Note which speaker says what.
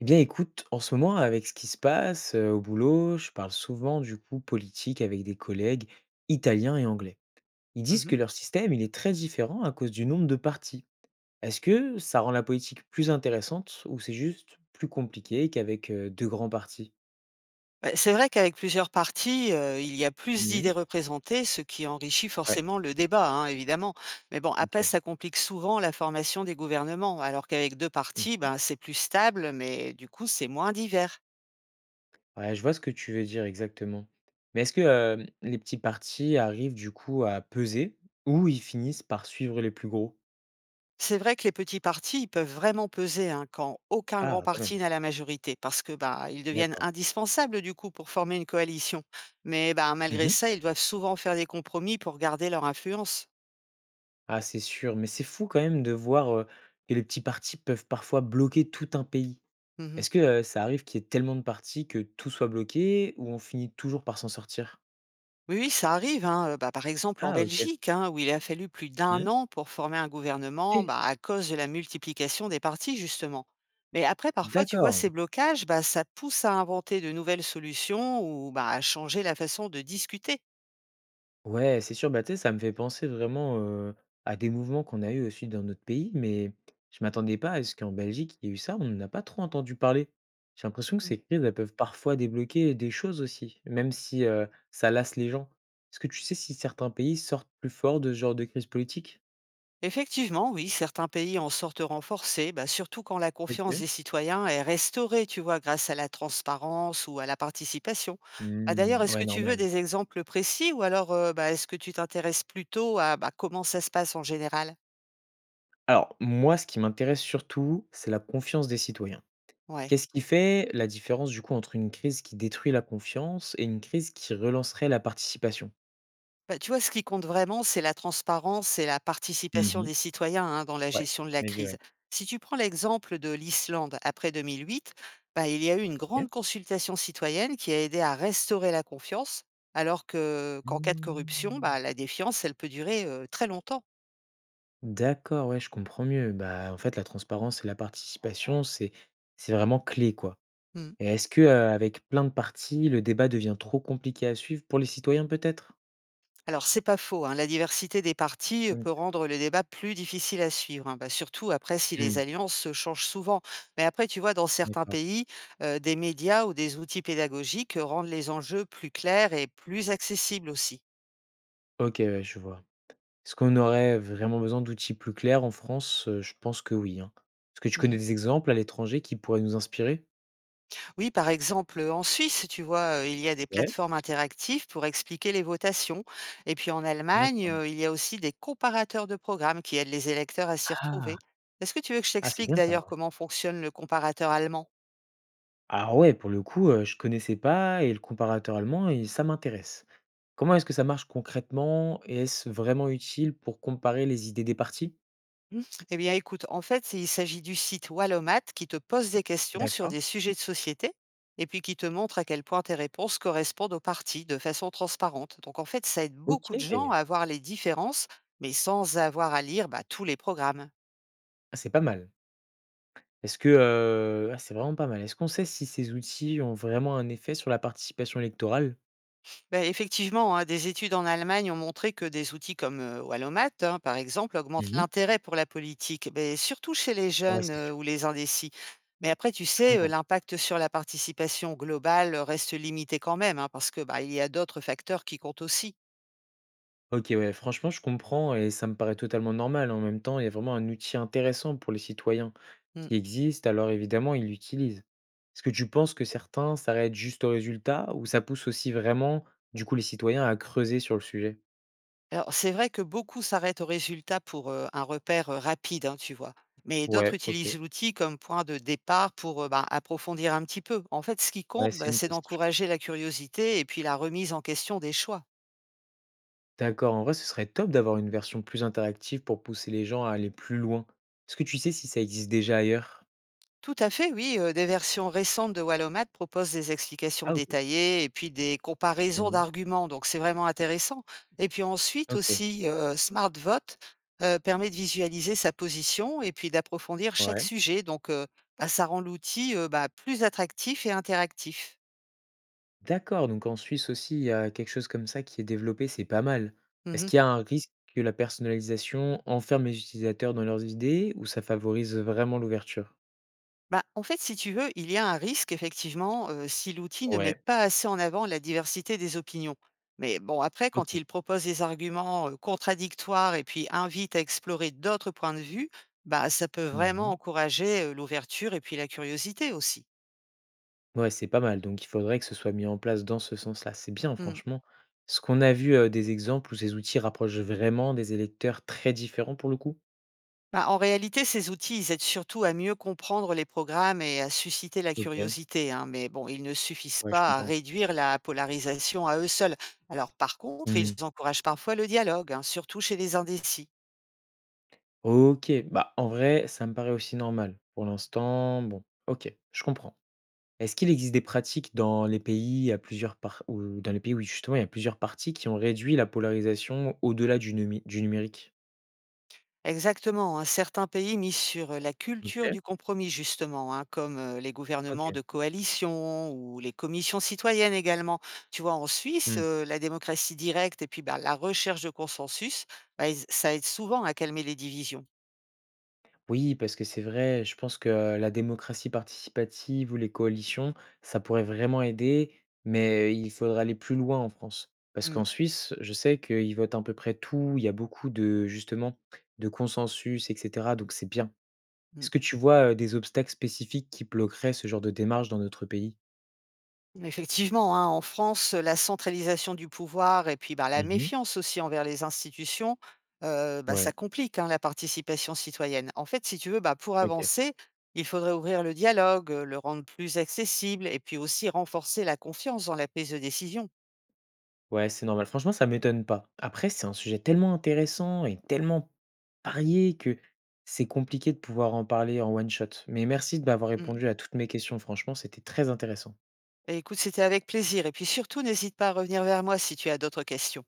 Speaker 1: Eh bien, écoute, en ce moment, avec ce qui se passe au boulot, je parle souvent du coup politique avec des collègues italiens et anglais. Ils disent
Speaker 2: Mmh.
Speaker 1: que leur système, il est très différent à cause du nombre de partis. Est-ce que ça rend la politique plus intéressante ou c'est juste plus compliqué qu'avec deux grands partis?
Speaker 2: Bah, c'est vrai qu'avec plusieurs partis, il y a plus
Speaker 1: Mhm.
Speaker 2: d'idées représentées, ce qui enrichit
Speaker 1: Ouais,
Speaker 2: forcément le débat, hein, évidemment. Mais bon, après
Speaker 1: ok.
Speaker 2: ça complique souvent la formation des gouvernements, alors qu'avec 2 partis,
Speaker 1: Mhm.
Speaker 2: ben, c'est plus stable, mais du coup, c'est moins divers.
Speaker 1: Ouais, je vois ce que tu veux dire exactement. Mais est-ce que les petits partis arrivent du coup à peser ou ils finissent par suivre les plus gros?
Speaker 2: C'est vrai que les petits partis, ils peuvent vraiment peser, hein, quand aucun grand
Speaker 1: Ah, quand même.
Speaker 2: parti n'a la majorité parce que, bah, ils deviennent
Speaker 1: D'accord.
Speaker 2: indispensables, du coup, pour former une coalition. Mais, ben, malgré ça, ils doivent souvent faire des compromis pour garder leur influence.
Speaker 1: Ah, c'est sûr, mais c'est fou quand même de voir, que les petits partis peuvent parfois bloquer tout un pays.
Speaker 2: Mmh.
Speaker 1: Est-ce que, ça arrive qu'il y ait tellement de partis que tout soit bloqué ou on finit toujours par s'en sortir?
Speaker 2: Oui, oui, ça arrive, hein. Bah, par exemple en
Speaker 1: Ah OK.
Speaker 2: Belgique, hein, où il a fallu plus d'un
Speaker 1: Mmh.
Speaker 2: an pour former un gouvernement,
Speaker 1: OK,
Speaker 2: bah, à cause de la multiplication des partis justement. Mais après parfois, tu vois,
Speaker 1: d'accord.
Speaker 2: ces blocages, bah, ça pousse à inventer de nouvelles solutions ou, bah, à changer la façon de discuter.
Speaker 1: Ouais, c'est sûr, bah, tu sais, ça me fait penser vraiment, à des mouvements qu'on a eu aussi dans notre pays, mais je m'attendais pas à ce qu'en Belgique, il y ait eu ça. On n'a pas trop entendu parler. J'ai l'impression que ces
Speaker 2: Mmh.
Speaker 1: crises, elles peuvent parfois débloquer des choses aussi, même si, ça lasse les gens. Est-ce que tu sais si certains pays sortent plus forts de ce genre de crise politique?
Speaker 2: Effectivement, oui, certains pays en sortent renforcés, bah, surtout quand la confiance
Speaker 1: OK.
Speaker 2: des citoyens est restaurée, tu vois, grâce à la transparence ou à la participation. Ah, d'ailleurs,
Speaker 1: Mmh,
Speaker 2: est-ce
Speaker 1: ouais,
Speaker 2: que tu veux
Speaker 1: normal.
Speaker 2: des exemples précis ou alors bah, est-ce que tu t'intéresses plutôt à bah, comment ça se passe en général?
Speaker 1: Alors, moi, ce qui m'intéresse surtout, c'est la confiance des citoyens.
Speaker 2: Ouais.
Speaker 1: Qu'est-ce qui fait la différence, du coup, entre une crise qui détruit la confiance et une crise qui relancerait la participation?
Speaker 2: Bah, tu vois, ce qui compte vraiment, c'est la transparence et la
Speaker 1: Mmh
Speaker 2: participation
Speaker 1: mh.
Speaker 2: des citoyens hein, dans la
Speaker 1: Ouais,
Speaker 2: gestion de la
Speaker 1: mais
Speaker 2: crise. Si tu prends l'exemple de l'Islande après 2008, bah, il y a eu une
Speaker 1: OK.
Speaker 2: grande consultation citoyenne qui a aidé à restaurer la confiance, alors que qu'en cas de corruption,
Speaker 1: Mmh.
Speaker 2: bah, la défiance, elle peut durer très longtemps.
Speaker 1: D'accord, ouais, je comprends mieux. Bah, en fait, la transparence et la participation, c'est vraiment clé, quoi.
Speaker 2: Mmh.
Speaker 1: Et est-ce que, avec plein de parties, le débat devient trop compliqué à suivre pour les citoyens, peut-être?
Speaker 2: Alors, c'est pas faux, hein, la diversité des partis
Speaker 1: OK.
Speaker 2: peut rendre le débat plus difficile à suivre, hein, bah, surtout après si
Speaker 1: Mmh,
Speaker 2: les alliances se changent souvent. Mais après, tu vois, dans certains
Speaker 1: d'accord.
Speaker 2: pays, des médias ou des outils pédagogiques rendent les enjeux plus clairs et plus accessibles aussi.
Speaker 1: OK, ouais, je vois. Est-ce qu'on aurait vraiment besoin d'outils plus clairs en France? Je pense que oui, hein. Est-ce que tu
Speaker 2: Mm.
Speaker 1: connais des exemples à l'étranger qui pourraient nous inspirer?
Speaker 2: Oui, par exemple, en Suisse, tu vois, il y a des
Speaker 1: Ouais,
Speaker 2: plateformes interactives pour expliquer les votations. Et puis en Allemagne,
Speaker 1: d'accord.
Speaker 2: il y a aussi des comparateurs de programmes qui aident les électeurs à s'y
Speaker 1: Ah!
Speaker 2: retrouver. Est-ce que tu veux que je
Speaker 1: Ah, c'est
Speaker 2: t'explique
Speaker 1: bien ça.
Speaker 2: d'ailleurs comment fonctionne le comparateur allemand?
Speaker 1: Alors ouais, pour le coup, je connaissais pas et le comparateur allemand et ça m'intéresse. Comment est-ce que ça marche concrètement et est-ce vraiment utile pour comparer les idées des partis?
Speaker 2: Mmh. Eh bien, écoute, en fait, il s'agit du site Wallomat qui te pose des questions sur
Speaker 1: D'accord,
Speaker 2: des sujets de société et puis qui te montre à quel point tes réponses correspondent aux parties de façon transparente. Donc, en fait, ça aide
Speaker 1: OK,
Speaker 2: beaucoup de gens à voir les différences, mais sans avoir à lire bah, tous les programmes.
Speaker 1: ah, c'est pas mal. Est-ce que, ah, c'est vraiment pas mal. Est-ce qu'on sait si ces outils ont vraiment un effet sur la participation électorale?
Speaker 2: Bah, effectivement, hein, des études en Allemagne ont montré que des outils comme Wallomat, hein, par exemple, augmentent
Speaker 1: Mmh.
Speaker 2: l'intérêt pour la politique, mais surtout chez les
Speaker 1: Ouais,
Speaker 2: jeunes
Speaker 1: c'est sûr,
Speaker 2: ou les indécis. Mais après, tu
Speaker 1: je
Speaker 2: sais,
Speaker 1: comprends.
Speaker 2: l'impact sur la participation globale reste limité quand même, hein, parce que bah, il y a d'autres facteurs qui comptent aussi.
Speaker 1: OK, ouais, franchement, je comprends et ça me paraît totalement normal. En même temps, il y a vraiment un outil intéressant pour les citoyens
Speaker 2: Mm.
Speaker 1: qui existe, alors évidemment, ils l'utilisent. Est-ce que tu penses que certains s'arrêtent juste au résultat ou ça pousse aussi vraiment, du coup, les citoyens à creuser sur le sujet?
Speaker 2: Alors, c'est vrai que beaucoup s'arrêtent au résultat pour, un repère, rapide, hein, tu vois? Mais d'autres
Speaker 1: Ouais, OK.
Speaker 2: utilisent l'outil comme point de départ pour, ben, approfondir un petit peu. En fait, ce qui
Speaker 1: Ouais,
Speaker 2: compte,
Speaker 1: c'est
Speaker 2: bah,
Speaker 1: une
Speaker 2: c'est
Speaker 1: piste. Je comprends.
Speaker 2: d'encourager la curiosité et puis la remise en question des choix.
Speaker 1: D'accord, en vrai, ce serait top d'avoir une version plus interactive pour pousser les gens à aller plus loin. Est-ce que tu sais si ça existe déjà ailleurs?
Speaker 2: Tout à fait, oui, des versions récentes de Wallomat proposent des explications
Speaker 1: Ah, OK.
Speaker 2: détaillées et puis des comparaisons
Speaker 1: Mmh.
Speaker 2: d'arguments, donc c'est vraiment intéressant. Et puis ensuite
Speaker 1: OK,
Speaker 2: aussi, SmartVote, permet de visualiser sa position et puis d'approfondir chaque
Speaker 1: ouais.
Speaker 2: sujet donc bah, ça rend l'outil, bah, plus attractif et interactif.
Speaker 1: D'accord, donc en Suisse aussi, il y a quelque chose comme ça qui est développé, c'est pas mal. Est-ce
Speaker 2: Mmh.
Speaker 1: qu'il y a un risque que la personnalisation enferme les utilisateurs dans leurs idées ou ça favorise vraiment l'ouverture?
Speaker 2: Bah, en fait, si tu veux, il y a un risque, effectivement, si l'outil ne met
Speaker 1: Ouais,
Speaker 2: pas assez en avant la diversité des opinions. Mais bon, après, quand
Speaker 1: Ok.
Speaker 2: il propose des arguments, contradictoires et puis invite à explorer d'autres points de vue, bah, ça peut vraiment
Speaker 1: Mhm.
Speaker 2: encourager, l'ouverture et puis la curiosité aussi.
Speaker 1: Ouais, c'est pas mal. Donc, il faudrait que ce soit mis en place dans ce sens-là. C'est bien,
Speaker 2: Mmh.
Speaker 1: franchement. Est-ce qu'on a vu des exemples où ces outils rapprochent vraiment des électeurs très différents pour le coup?
Speaker 2: Bah, en réalité, ces outils, ils aident surtout à mieux comprendre les programmes et à susciter la
Speaker 1: Ok,
Speaker 2: curiosité, hein, mais bon, ils ne suffisent
Speaker 1: ouais, je
Speaker 2: pas à
Speaker 1: comprends.
Speaker 2: réduire la polarisation à eux seuls. Alors par contre, ils
Speaker 1: Hmm.
Speaker 2: encouragent parfois le dialogue, hein, surtout chez les indécis.
Speaker 1: Ok, bah en vrai, ça me paraît aussi normal. Pour l'instant, bon, ok, je comprends. Est-ce qu'il existe des pratiques dans les pays à plusieurs par ou dans les pays où justement il y a plusieurs partis qui ont réduit la polarisation au-delà du numérique?
Speaker 2: Exactement, hein, certains pays misent sur la culture
Speaker 1: OK,
Speaker 2: du compromis, justement, hein, comme les gouvernements
Speaker 1: OK.
Speaker 2: de coalition ou les commissions citoyennes également. Tu vois, en Suisse,
Speaker 1: Mmh.
Speaker 2: la démocratie directe et puis bah, la recherche de consensus, bah, ça aide souvent à calmer les divisions.
Speaker 1: Oui, parce que c'est vrai, je pense que la démocratie participative ou les coalitions, ça pourrait vraiment aider, mais il faudra aller plus loin en France. Parce qu'en
Speaker 2: Mm,
Speaker 1: Suisse, je sais qu'ils votent à peu près tout, il y a beaucoup de justement de consensus et cetera, donc c'est bien. Est-ce
Speaker 2: mm.
Speaker 1: que tu vois, des obstacles spécifiques qui bloqueraient ce genre de démarche dans notre pays?
Speaker 2: Effectivement, hein, en France, la centralisation du pouvoir et puis bah, la
Speaker 1: Mmh.
Speaker 2: méfiance aussi envers les institutions, bah, ça
Speaker 1: Ouais,
Speaker 2: complique hein, la participation citoyenne. En fait, si tu veux, bah, pour
Speaker 1: OK.
Speaker 2: avancer, il faudrait ouvrir le dialogue, le rendre plus accessible et puis aussi renforcer la confiance dans la prise de décision.
Speaker 1: Ouais, c'est normal. Franchement, ça m'étonne pas. Après, c'est un sujet tellement intéressant et tellement varié que c'est compliqué de pouvoir en parler en one shot. Mais merci de m'avoir
Speaker 2: Mm.
Speaker 1: répondu à toutes mes questions. Franchement, c'était très intéressant.
Speaker 2: Et écoute, c'était avec plaisir. Et puis surtout, n'hésite pas à revenir vers moi si tu as d'autres questions.